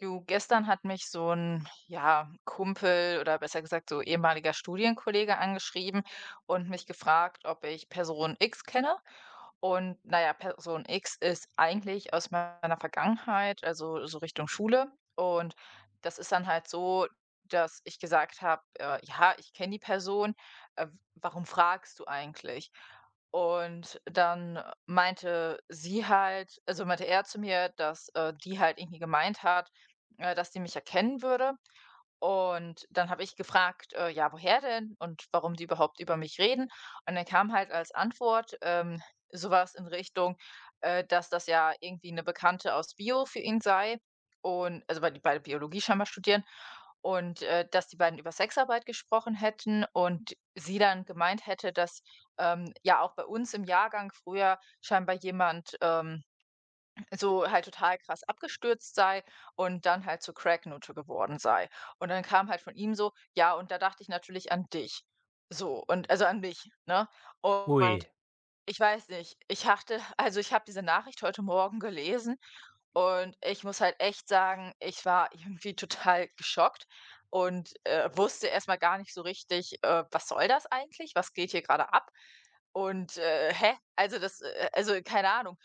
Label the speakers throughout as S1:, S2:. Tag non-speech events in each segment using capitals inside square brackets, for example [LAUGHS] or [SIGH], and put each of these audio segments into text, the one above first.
S1: Du, gestern hat mich so ein, ja, Kumpel oder besser gesagt so ehemaliger Studienkollege angeschrieben und mich gefragt, ob ich Person X kenne. Und naja, Person X ist eigentlich aus meiner Vergangenheit, also so Richtung Schule. Und das ist dann halt so, dass ich gesagt habe: „Ja, ich kenne die Person. Äh, warum fragst du eigentlich?" Und dann meinte sie halt, also meinte er zu mir, dass die halt irgendwie gemeint hat dass sie mich erkennen würde. Und dann habe ich gefragt ja, woher denn und warum die überhaupt über mich reden. Und dann kam halt als Antwort sowas in Richtung dass das ja irgendwie eine Bekannte aus Bio für ihn sei. Und also weil die beide Biologie scheinbar studieren und dass die beiden über Sexarbeit gesprochen hätten und sie dann gemeint hätte, dass ja auch bei uns im Jahrgang früher scheinbar jemand so halt total krass abgestürzt sei und dann halt zur Cracknutte geworden sei. Und dann kam halt von ihm so: „Ja, und da dachte ich natürlich an dich." So, und also an mich, ne? Und
S2: Ui,
S1: ich weiß nicht, ich dachte, also, ich habe diese Nachricht heute Morgen gelesen und ich muss halt echt sagen, ich war irgendwie total geschockt und wusste erstmal gar nicht so richtig was soll das eigentlich? Was geht hier gerade ab? Und hä? Also, das also, keine Ahnung.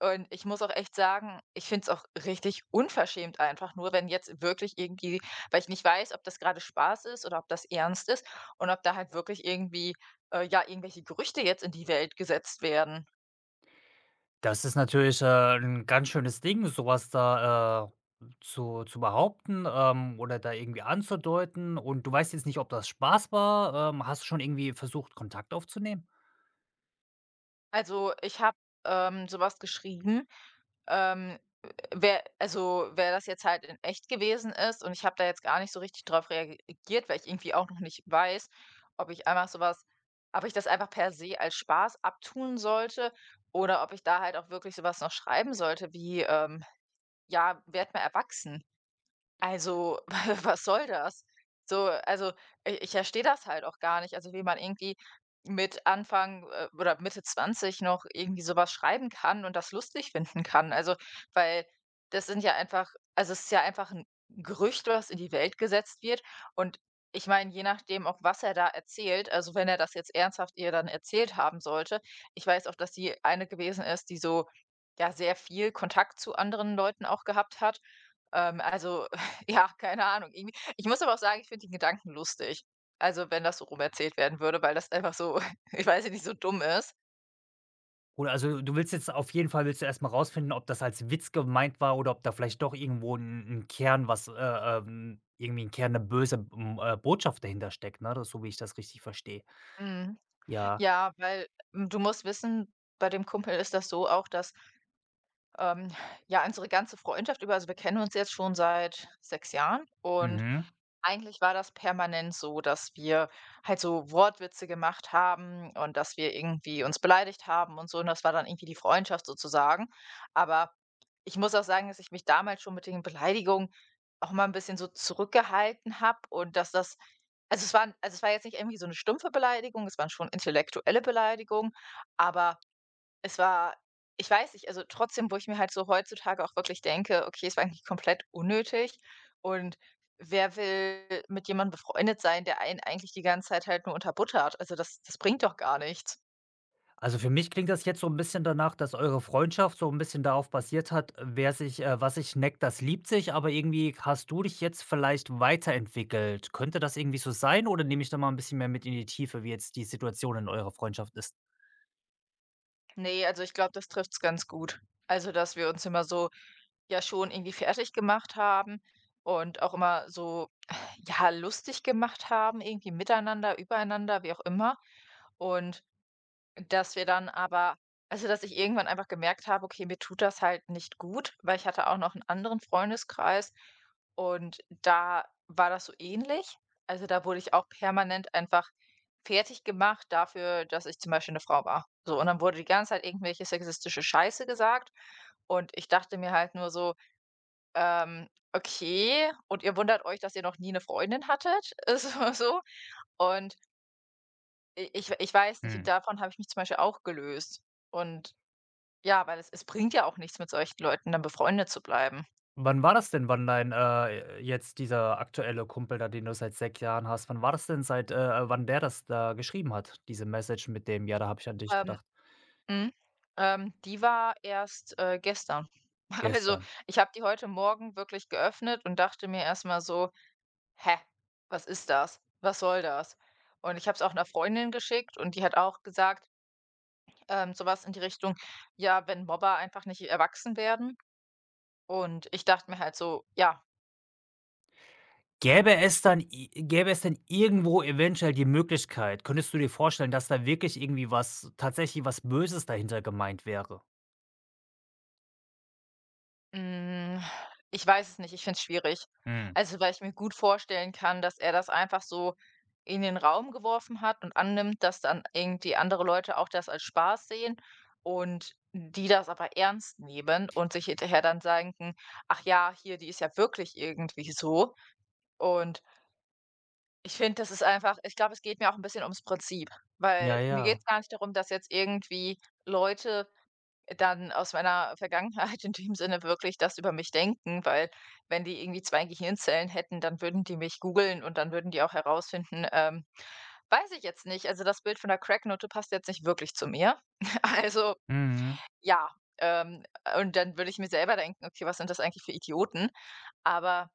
S1: Und ich muss auch echt sagen, ich finde es auch richtig unverschämt einfach nur, wenn jetzt wirklich irgendwie, weil ich nicht weiß, ob das gerade Spaß ist oder ob das ernst ist und ob da halt wirklich irgendwie ja, irgendwelche Gerüchte jetzt in die Welt gesetzt werden.
S2: das ist natürlich, 'n ganz schönes Ding, so was da, zu behaupten, oder da irgendwie anzudeuten und du weißt jetzt nicht, ob das Spaß war. Hast du schon irgendwie versucht, Kontakt aufzunehmen?
S1: Also, ich habe so geschrieben, ähm, wär also, wer das jetzt halt in echt gewesen ist, und ich habe da jetzt gar nicht so richtig drauf reagiert, weil ich irgendwie auch noch nicht weiß, ob ich einfach sowas, ob ich das einfach per se als Spaß abtun sollte oder ob ich da halt auch wirklich sowas noch schreiben sollte wie: „Ja, werd mal erwachsen." Also, [LAUGHS] was soll das? So, also, i ich verstehe das halt auch gar nicht. Also, wie man irgendwie mit Anfang oder Mitte 20 noch irgendwie sowas schreiben kann und das lustig finden kann. Also, weil das sind ja einfach, also, es ist ja einfach ein Gerücht, was in die Welt gesetzt wird. Und ich meine, je nachdem, auch was er da erzählt, also, wenn er das jetzt ernsthaft ihr dann erzählt haben sollte, ich weiß auch, dass sie eine gewesen ist, die so, ja, sehr viel Kontakt zu anderen Leuten auch gehabt hat. Also, ja, keine Ahnung. Irgendwie, ich muss aber auch sagen, ich finde den Gedanken lustig. Also, wenn das so rum erzählt werden würde, weil das einfach so [LAUGHS] ich weiß ja nicht, so dumm ist.
S2: Oder also, du willst jetzt auf jeden Fall Willst du erst mal rausfinden, ob das als Witz gemeint war oder ob da vielleicht doch irgendwo ein 'n Kern was, irgendwie ein Kern 'ne böse, Botschaft dahinter steckt, ne? Das, so wie ich das richtig verstehe.
S1: Mhm.
S2: Ja.
S1: Ja, weil, hm, du musst wissen, bei dem Kumpel ist das so auch, dass, ähm, ja, unsere ganze Freundschaft über, also, wir kennen uns jetzt schon seit 6 Jahren und
S2: Mhm.
S1: eigentlich war das permanent so, dass wir halt so Wortwitze gemacht haben und dass wir irgendwie uns beleidigt haben und so, und das war dann irgendwie die Freundschaft sozusagen. Aber ich muss auch sagen, dass ich mich damals schon mit den Beleidigungen auch mal ein bisschen so zurückgehalten habe und dass das, also, es war, also, es war jetzt nicht irgendwie so eine stumpfe Beleidigung, es waren schon intellektuelle Beleidigungen, aber es war, ich weiß nicht, also trotzdem, wo ich mir halt so heutzutage auch wirklich denke: „Okay, es war eigentlich komplett unnötig, und wer will mit jemandem befreundet sein, der einen eigentlich die ganze Zeit halt nur unter buttert? Also, das bringt doch gar nichts."
S2: Also, für mich klingt das jetzt so ein bisschen danach, dass eure Freundschaft so ein bisschen darauf basiert hat, wer sich was sich neckt, das liebt sich, aber irgendwie hast du dich jetzt vielleicht weiterentwickelt. Könnte das irgendwie so sein oder nehme ich da mal ein bisschen mehr mit in die Tiefe, wie jetzt die Situation in eurer Freundschaft ist?
S1: Ne, also ich glaube, das trifft's ganz gut. Also, dass wir uns immer so, ja, schon irgendwie fertig gemacht haben und auch immer so, [SIGHS] ja, lustig gemacht haben, irgendwie miteinander, übereinander, wie auch immer. Und dass wir dann aber, also, dass ich irgendwann einfach gemerkt habe: „Okay, mir tut das halt nicht gut", weil ich hatte auch noch einen anderen Freundeskreis und da war das so ähnlich. Also, da wurde ich auch permanent einfach fertig gemacht dafür, dass ich zum Beispiel eine Frau war. So, und dann wurde die ganze Zeit irgendwelche sexistische Scheiße gesagt und ich dachte mir halt nur so: Okay, und ihr wundert euch, dass ihr noch nie eine Freundin hattet?" [LAUGHS] So, so. Und I ich ich weiß nicht, und
S2: Hm.
S1: davon habe ich mich zum Beispiel auch gelöst. Und ja, weil es bringt ja auch nichts, mit solchen Leuten dann befreundet zu bleiben.
S2: Wann war das denn, wann dein jetzt dieser aktuelle Kumpel da, den du seit 6 Jahren hast, wann war das denn, seit wann der das da geschrieben hat, diese Message mit dem: „Ja, da habe ich an dich
S1: Ähm,
S2: gedacht“?
S1: mhm, die war erst gestern. [LAUGHS] Also,
S2: Gestern.
S1: ich habe die heute Morgen wirklich geöffnet und dachte mir erst mal so: „Hä, was ist das? Was soll das?" Und ich habe es auch einer Freundin geschickt und die hat auch gesagt so was in die Richtung: „Ja, wenn Mobber einfach nicht erwachsen werden." Und ich dachte mir halt so: „Ja,
S2: Gäbe es denn irgendwo eventuell die Möglichkeit, könntest du dir vorstellen, dass da wirklich irgendwie was, tatsächlich was Böses dahinter gemeint wäre?
S1: hm, ich weiß es nicht, ich finde es schwierig.
S2: Mhm.
S1: Also, weil ich mir gut vorstellen kann, dass er das einfach so in den Raum geworfen hat und annimmt, dass dann irgendwie andere Leute auch das als Spaß sehen und die das aber ernst nehmen und sich hinterher dann sagen: „Ach ja, hier, die ist ja wirklich irgendwie so." Und ich finde, das ist einfach, ich glaube, es geht mir auch ein bisschen ums Prinzip,
S2: Ja,
S1: weil mir geht
S2: ja.
S1: es gar nicht darum, dass jetzt irgendwie Leute dann aus meiner Vergangenheit in dem Sinne wirklich das über mich denken, weil wenn die irgendwie 2 Gehirnzellen hätten, dann würden die mich googeln und dann würden die auch herausfinden weiß ich jetzt nicht. Also, das Bild von der Cracknote passt jetzt nicht wirklich zu mir. [LAUGHS] Also,
S2: Mhm.
S1: ja, ähm, und dann würde ich mir selber denken: „Okay, was sind das eigentlich für Idioten?" Aber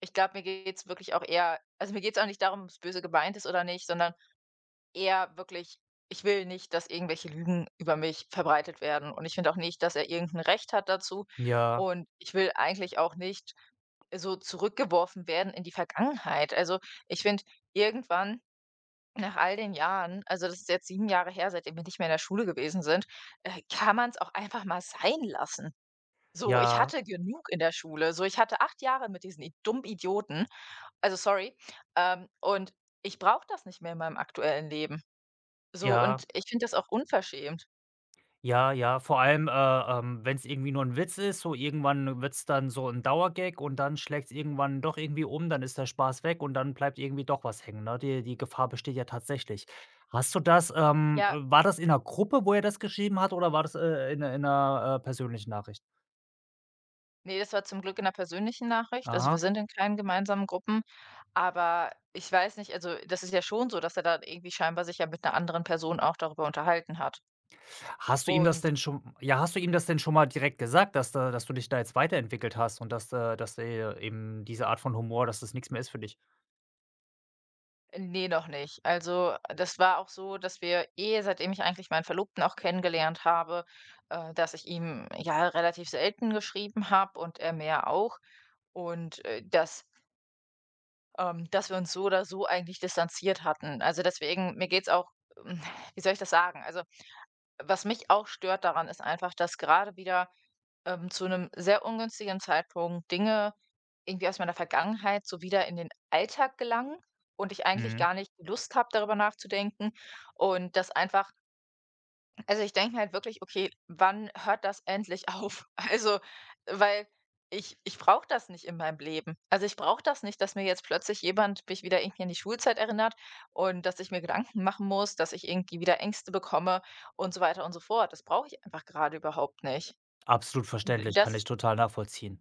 S1: ich glaube, mir geht's wirklich auch eher, also, mir geht's auch nicht darum, ob es böse gemeint ist oder nicht, sondern eher wirklich, ich will nicht, dass irgendwelche Lügen über mich verbreitet werden, und ich finde auch nicht, dass er irgendein Recht hat dazu,
S2: Ja,
S1: und ich will eigentlich auch nicht so zurückgeworfen werden in die Vergangenheit. Also, ich finde, irgendwann nach all den Jahren, also, das ist jetzt 7 Jahre her, seitdem wir nicht mehr in der Schule gewesen sind kann man es auch einfach mal sein lassen. So, ich
S2: ja,
S1: hatte genug in der Schule. So, ich hatte 8 Jahre mit diesen i dummen Idioten, also, sorry und ich brauche das nicht mehr in meinem aktuellen Leben. So, und
S2: ja,
S1: ich finde das auch unverschämt.
S2: ja, ja, vor allem, wenn's irgendwie nur ein Witz ist, so irgendwann wird's dann so ein Dauergag und dann schlägt's irgendwann doch irgendwie um, dann ist der Spaß weg und dann bleibt irgendwie doch was hängen, ne? Die Gefahr besteht ja tatsächlich. Hast du das,
S1: Ja,
S2: war das in einer Gruppe, wo er das geschrieben hat, oder war das, in 'ner persönlichen Nachricht?
S1: nee, das war zum Glück in 'ner persönlichen Nachricht. Also, wir
S2: Aha.
S1: sind in keinen gemeinsamen Gruppen, aber ich weiß nicht, also, das ist ja schon so, dass er dann irgendwie scheinbar sich ja mit einer anderen Person auch darüber unterhalten hat.
S2: Hast du ihm das
S1: Und
S2: denn schon, ja, hast du ihm das denn schon mal direkt gesagt, dass du dich da jetzt weiterentwickelt hast und dass, eben diese Art von Humor, dass das nichts mehr ist für dich?
S1: nee, noch nicht. Also, das war auch so, dass wir eh, seitdem ich eigentlich meinen Verlobten auch kennengelernt habe dass ich ihm, ja, relativ selten geschrieben habe und er mir auch. Und dass dass wir uns so oder so eigentlich distanziert hatten. Also deswegen, mir geht's auch, hm, wie soll ich das sagen? Also, was mich auch stört daran, ist einfach, dass gerade wieder zu einem sehr ungünstigen Zeitpunkt Dinge irgendwie aus meiner Vergangenheit so wieder in den Alltag gelangen und ich eigentlich
S2: Mhm.
S1: gar nicht die Lust habe, darüber nachzudenken, und das einfach, also, ich denke mir halt wirklich: „Okay, wann hört das endlich auf?" [LAUGHS] Also, weil ich brauche das nicht in meinem Leben. Also, ich brauche das nicht, dass mir jetzt plötzlich jemand mich wieder irgendwie an die Schulzeit erinnert und dass ich mir Gedanken machen muss, dass ich irgendwie wieder Ängste bekomme und so weiter und so fort. Das brauche ich einfach gerade überhaupt nicht.
S2: Absolut
S1: D
S2: verständlich,
S1: das
S2: kann ich
S1: ist,
S2: total nachvollziehen.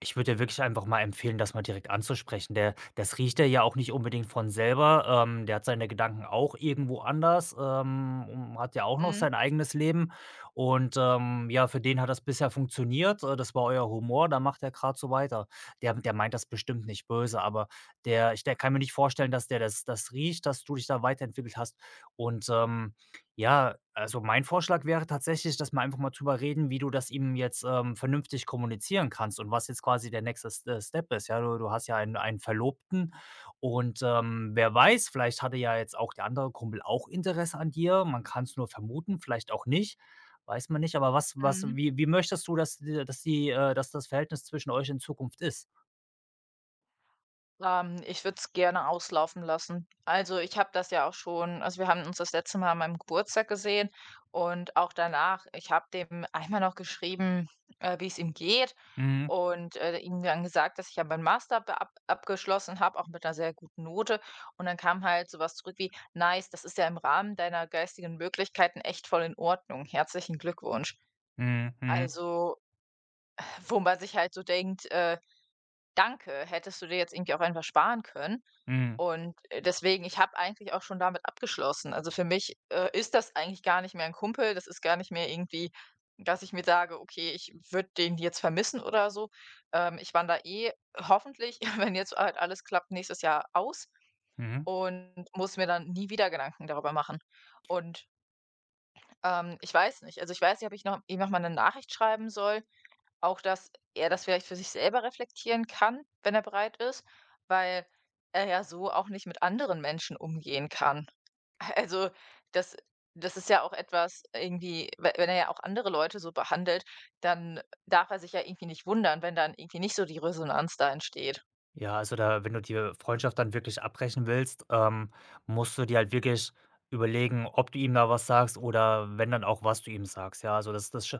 S2: Ich würde dir wirklich einfach mal empfehlen, das mal direkt anzusprechen. Der das riecht er ja auch nicht unbedingt von selber. Der hat seine Gedanken auch irgendwo anders, und hat ja auch noch
S1: mhm,
S2: sein eigenes Leben. Und, ja, für den hat das bisher funktioniert. Das war euer Humor, da macht er gerade so weiter. Der meint das bestimmt nicht böse, aber der ich der kann mir nicht vorstellen, dass der das riecht, dass du dich da weiterentwickelt hast und, ähm, ja, also mein Vorschlag wäre tatsächlich, dass wir einfach mal drüber reden, wie du das ihm jetzt, vernünftig kommunizieren kannst und was jetzt quasi der nächste S Step ist. Ja, du hast ja einen Verlobten und, wer weiß, vielleicht hatte ja jetzt auch der andere Kumpel auch Interesse an dir. Man kann es nur vermuten, vielleicht auch nicht, weiß man nicht. Aber was was
S1: mhm.
S2: wie wie möchtest du, dass die, dass das Verhältnis zwischen euch in Zukunft ist?
S1: Ich würde es gerne auslaufen lassen. Also, ich habe das ja auch schon, also, wir haben uns das letzte Mal an meinem Geburtstag gesehen und auch danach, ich habe dem einmal noch geschrieben wie es ihm geht
S2: Mhm.
S1: und ihm dann gesagt, dass ich ja meinen Master be ab abgeschlossen habe, auch mit einer sehr guten Note. Und dann kam halt so was zurück wie: „Nice, das ist ja im Rahmen deiner geistigen Möglichkeiten echt voll in Ordnung. Herzlichen Glückwunsch."
S2: Mhm. Mhm.
S1: Also, wo man sich halt so denkt: „Danke, hättest du dir jetzt irgendwie auch einfach sparen können."
S2: Mhm.
S1: und deswegen, ich habe eigentlich auch schon damit abgeschlossen. Also, für mich ist das eigentlich gar nicht mehr ein Kumpel. Das ist gar nicht mehr irgendwie, dass ich mir sage: „Okay, ich würde den jetzt vermissen oder so." Ich wandere eh, hoffentlich, [LAUGHS] wenn jetzt halt alles klappt, nächstes Jahr aus
S2: Mhm.
S1: und muss mir dann nie wieder Gedanken darüber machen. Und ich weiß nicht, also, ich weiß nicht, ob ich noch ihm noch mal eine Nachricht schreiben soll, auch, dass er das vielleicht für sich selber reflektieren kann, wenn er bereit ist, weil er ja so auch nicht mit anderen Menschen umgehen kann. [LAUGHS] Also, das, das ist ja auch etwas irgendwie, we wenn er ja auch andere Leute so behandelt, dann darf er sich ja irgendwie nicht wundern, wenn dann irgendwie nicht so die Resonanz da entsteht.
S2: Ja, also da, wenn du die Freundschaft dann wirklich abbrechen willst, musst du dir halt wirklich überlegen, ob du ihm da was sagst, oder wenn dann auch, was du ihm sagst. Ja, also das das sch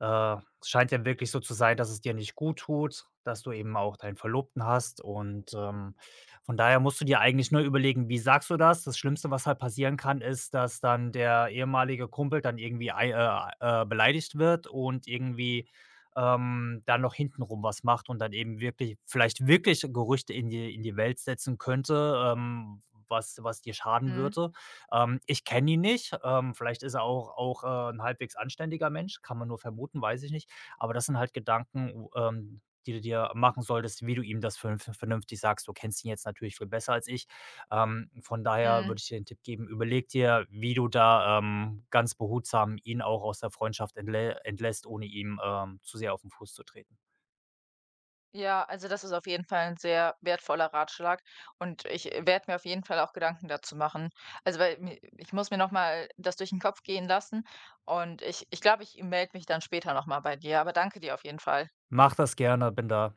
S2: äh, scheint ja wirklich so zu sein, dass es dir nicht gut tut, dass du eben auch deinen Verlobten hast und, von daher musst du dir eigentlich nur überlegen, wie sagst du das? Das Schlimmste, was halt passieren kann, ist, dass dann der ehemalige Kumpel dann irgendwie ei beleidigt wird und irgendwie dann noch hintenrum was macht und dann eben wirklich vielleicht wirklich Gerüchte in die Welt setzen könnte, was dir schaden
S1: Mhm.
S2: würde. Ich kenne ihn nicht, vielleicht ist er auch 'n halbwegs anständiger Mensch, kann man nur vermuten, weiß ich nicht. Aber das sind halt Gedanken, w die du dir machen solltest, wie du ihm das vernünftig sagst. Du kennst ihn jetzt natürlich viel besser als ich. Von daher
S1: Mhm.
S2: würde ich dir den Tipp geben, überleg dir, wie du da, ganz behutsam ihn auch aus der Freundschaft entlässt, ohne ihm, zu sehr auf den Fuß zu treten.
S1: Ja, also das ist auf jeden Fall ein sehr wertvoller Ratschlag und ich, werde mir auf jeden Fall auch Gedanken dazu machen. Also, weil mi ich muss mir noch mal das durch den Kopf gehen lassen, und ich glaube, ich melde mich dann später noch mal bei dir, aber danke dir auf jeden Fall.
S2: Mach das gerne, bin da.